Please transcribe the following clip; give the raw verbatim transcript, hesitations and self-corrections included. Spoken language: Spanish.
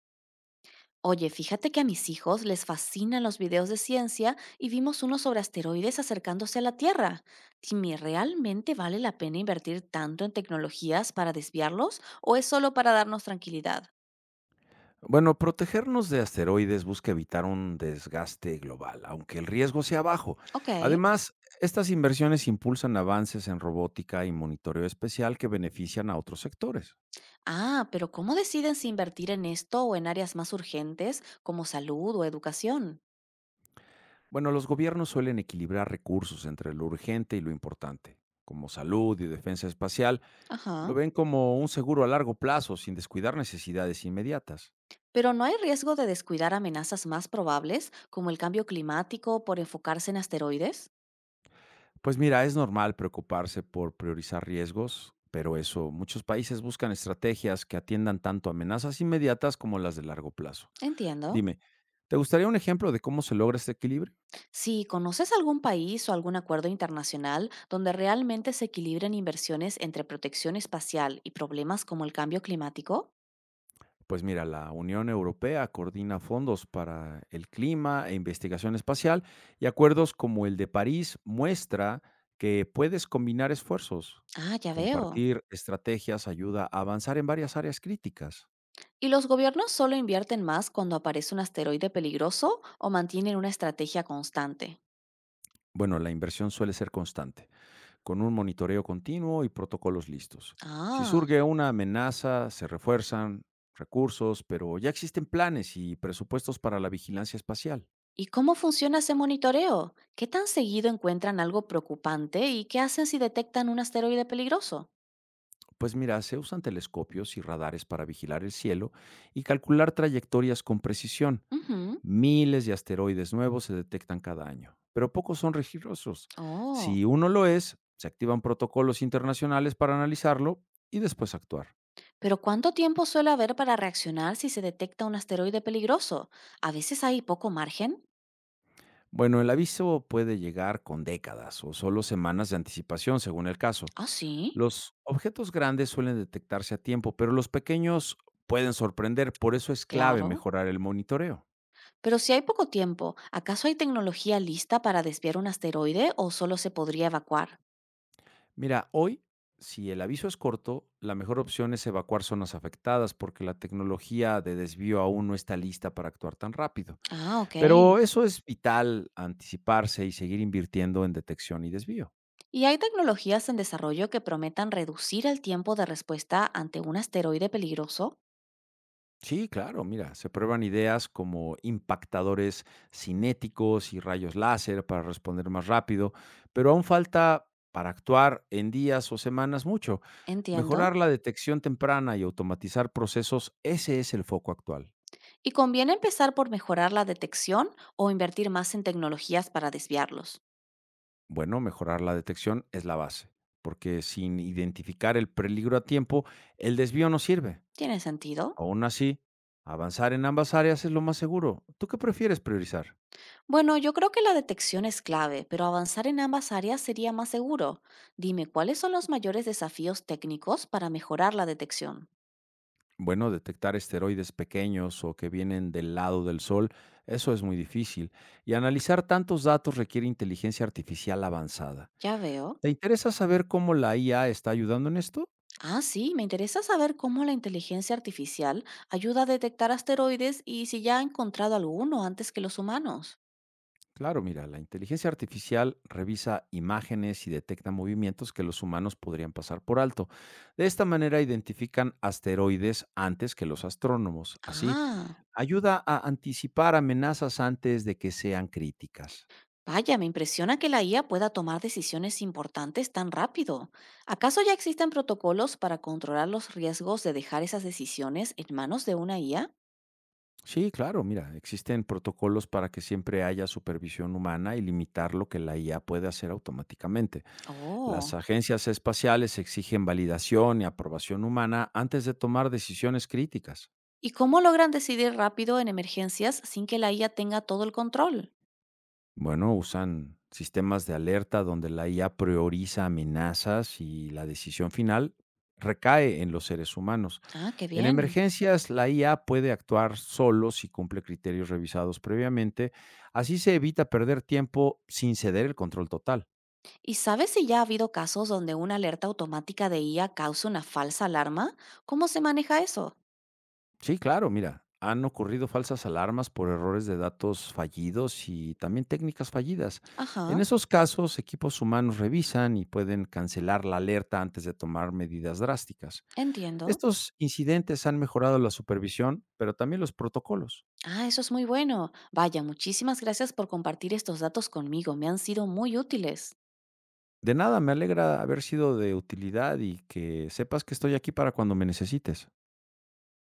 Oye, fíjate que a mis hijos les fascinan los videos de ciencia y vimos uno sobre asteroides acercándose a la Tierra. Dime, ¿realmente vale la pena invertir tanto en tecnologías para desviarlos o es solo para darnos tranquilidad? Bueno, protegernos de asteroides busca evitar un desgaste global, aunque el riesgo sea bajo. Ok. Además, estas inversiones impulsan avances en robótica y monitoreo especial que benefician a otros sectores. Ah, pero ¿cómo deciden si invertir en esto o en áreas más urgentes como salud o educación? Bueno, los gobiernos suelen equilibrar recursos entre lo urgente y lo importante, como salud y defensa espacial. Lo Ajá. ven como un seguro a largo plazo sin descuidar necesidades inmediatas. Pero ¿no hay riesgo de descuidar amenazas más probables como el cambio climático por enfocarse en asteroides? Pues mira, es normal preocuparse por priorizar riesgos, pero eso, muchos países buscan estrategias que atiendan tanto amenazas inmediatas como las de largo plazo. Entiendo. Dime, ¿te gustaría un ejemplo de cómo se logra este equilibrio? Si conoces algún país o algún acuerdo internacional donde realmente se equilibren inversiones entre protección espacial y problemas como el cambio climático, Pues mira, la Unión Europea coordina fondos para el clima e investigación espacial y acuerdos como el de París muestra que puedes combinar esfuerzos. ah, ya veo. Compartir estrategias ayuda a avanzar en varias áreas críticas. Y los gobiernos solo invierten más cuando aparece un asteroide peligroso o mantienen una estrategia constante. Bueno, la inversión suele ser constante con un monitoreo continuo y protocolos listos. Si Ah, surge una amenaza, se refuerzan recursos, pero ya existen planes y presupuestos para la vigilancia espacial. ¿y cómo funciona ese monitoreo? ¿Qué tan seguido encuentran algo preocupante y qué hacen si detectan un asteroide peligroso? Pues mira, se usan telescopios y radares para vigilar el cielo y calcular trayectorias con precisión. Ujú. Miles de asteroides nuevos se detectan cada año, pero pocos son rigurosos. Oh. Si uno lo es, se activan protocolos internacionales para analizarlo y después actuar. Pero ¿cuánto tiempo suele haber para reaccionar si se detecta un asteroide peligroso? A veces hay poco margen. Bueno, el aviso puede llegar con décadas o solo semanas de anticipación, según el caso. Ah, sí, Los objetos grandes suelen detectarse a tiempo, pero los pequeños pueden sorprender, por eso es clave claro. mejorar el monitoreo. Pero si hay poco tiempo, ¿acaso hay tecnología lista para desviar un asteroide o solo se podría evacuar? Mira, hoy, si el aviso es corto, la mejor opción es evacuar zonas afectadas porque la tecnología de desvío aún no está lista para actuar tan rápido. Ah, ok. Pero eso es vital, anticiparse y seguir invirtiendo en detección y desvío. ¿Y hay tecnologías en desarrollo que prometan reducir el tiempo de respuesta ante un asteroide peligroso? Sí, claro, mira, se prueban ideas como impactadores cinéticos y rayos láser para responder más rápido, pero aún falta para actuar en días o semanas mucho. Entiendo. Mejorar la detección temprana y automatizar procesos, ese es el foco actual. ¿Y conviene empezar por mejorar la detección o invertir más en tecnologías para desviarlos? Bueno, mejorar la detección es la base, porque sin identificar el peligro a tiempo, el desvío no sirve. ¿Tiene sentido? Aún así, avanzar en ambas áreas es lo más seguro. ¿Tú qué prefieres priorizar? Bueno, yo creo que la detección es clave, pero avanzar en ambas áreas sería más seguro. Dime, ¿cuáles son los mayores desafíos técnicos para mejorar la detección? Bueno, detectar esteroides pequeños o que vienen del lado del Sol, eso es muy difícil. Y analizar tantos datos requiere inteligencia artificial avanzada. Ya veo. ¿Te interesa saber cómo la I A está ayudando en esto? Ah, sí, me interesa saber cómo la inteligencia artificial ayuda a detectar asteroides y si ya ha encontrado alguno antes que los humanos. Claro, mira, la inteligencia artificial revisa imágenes y detecta movimientos que los humanos podrían pasar por alto. De esta manera identifican asteroides antes que los astrónomos. Así, Ah, ayuda a anticipar amenazas antes de que sean críticas. vaya, me impresiona que la I A pueda tomar decisiones importantes tan rápido. ¿Acaso ya existen protocolos para controlar los riesgos de dejar esas decisiones en manos de una I A? Sí, claro, mira, existen protocolos para que siempre haya supervisión humana y limitar lo que la I A puede hacer automáticamente. Las Oh. agencias espaciales exigen validación y aprobación humana antes de tomar decisiones críticas. ¿Y cómo logran decidir rápido en emergencias sin que la I A tenga todo el control? Bueno, usan sistemas de alerta donde la I A prioriza amenazas y la decisión final recae en los seres humanos. Ah, qué En bien. emergencias, la I A puede actuar solo si cumple criterios revisados previamente. Así se evita perder tiempo sin ceder el control total. ¿Y sabes si ya ha habido casos donde una alerta automática de I A causa una falsa alarma? ¿Cómo se maneja eso? Sí, claro, mira, han ocurrido falsas alarmas por errores de datos fallidos y también técnicas fallidas. En Ajá, esos casos, equipos humanos revisan y pueden cancelar la alerta antes de tomar medidas drásticas. entiendo. Estos incidentes han mejorado la supervisión, pero también los protocolos. Ah, eso es muy bueno. Vaya, muchísimas gracias por compartir estos datos conmigo. Me han sido muy útiles. De nada, me alegra haber sido de utilidad y que sepas que estoy aquí para cuando me necesites.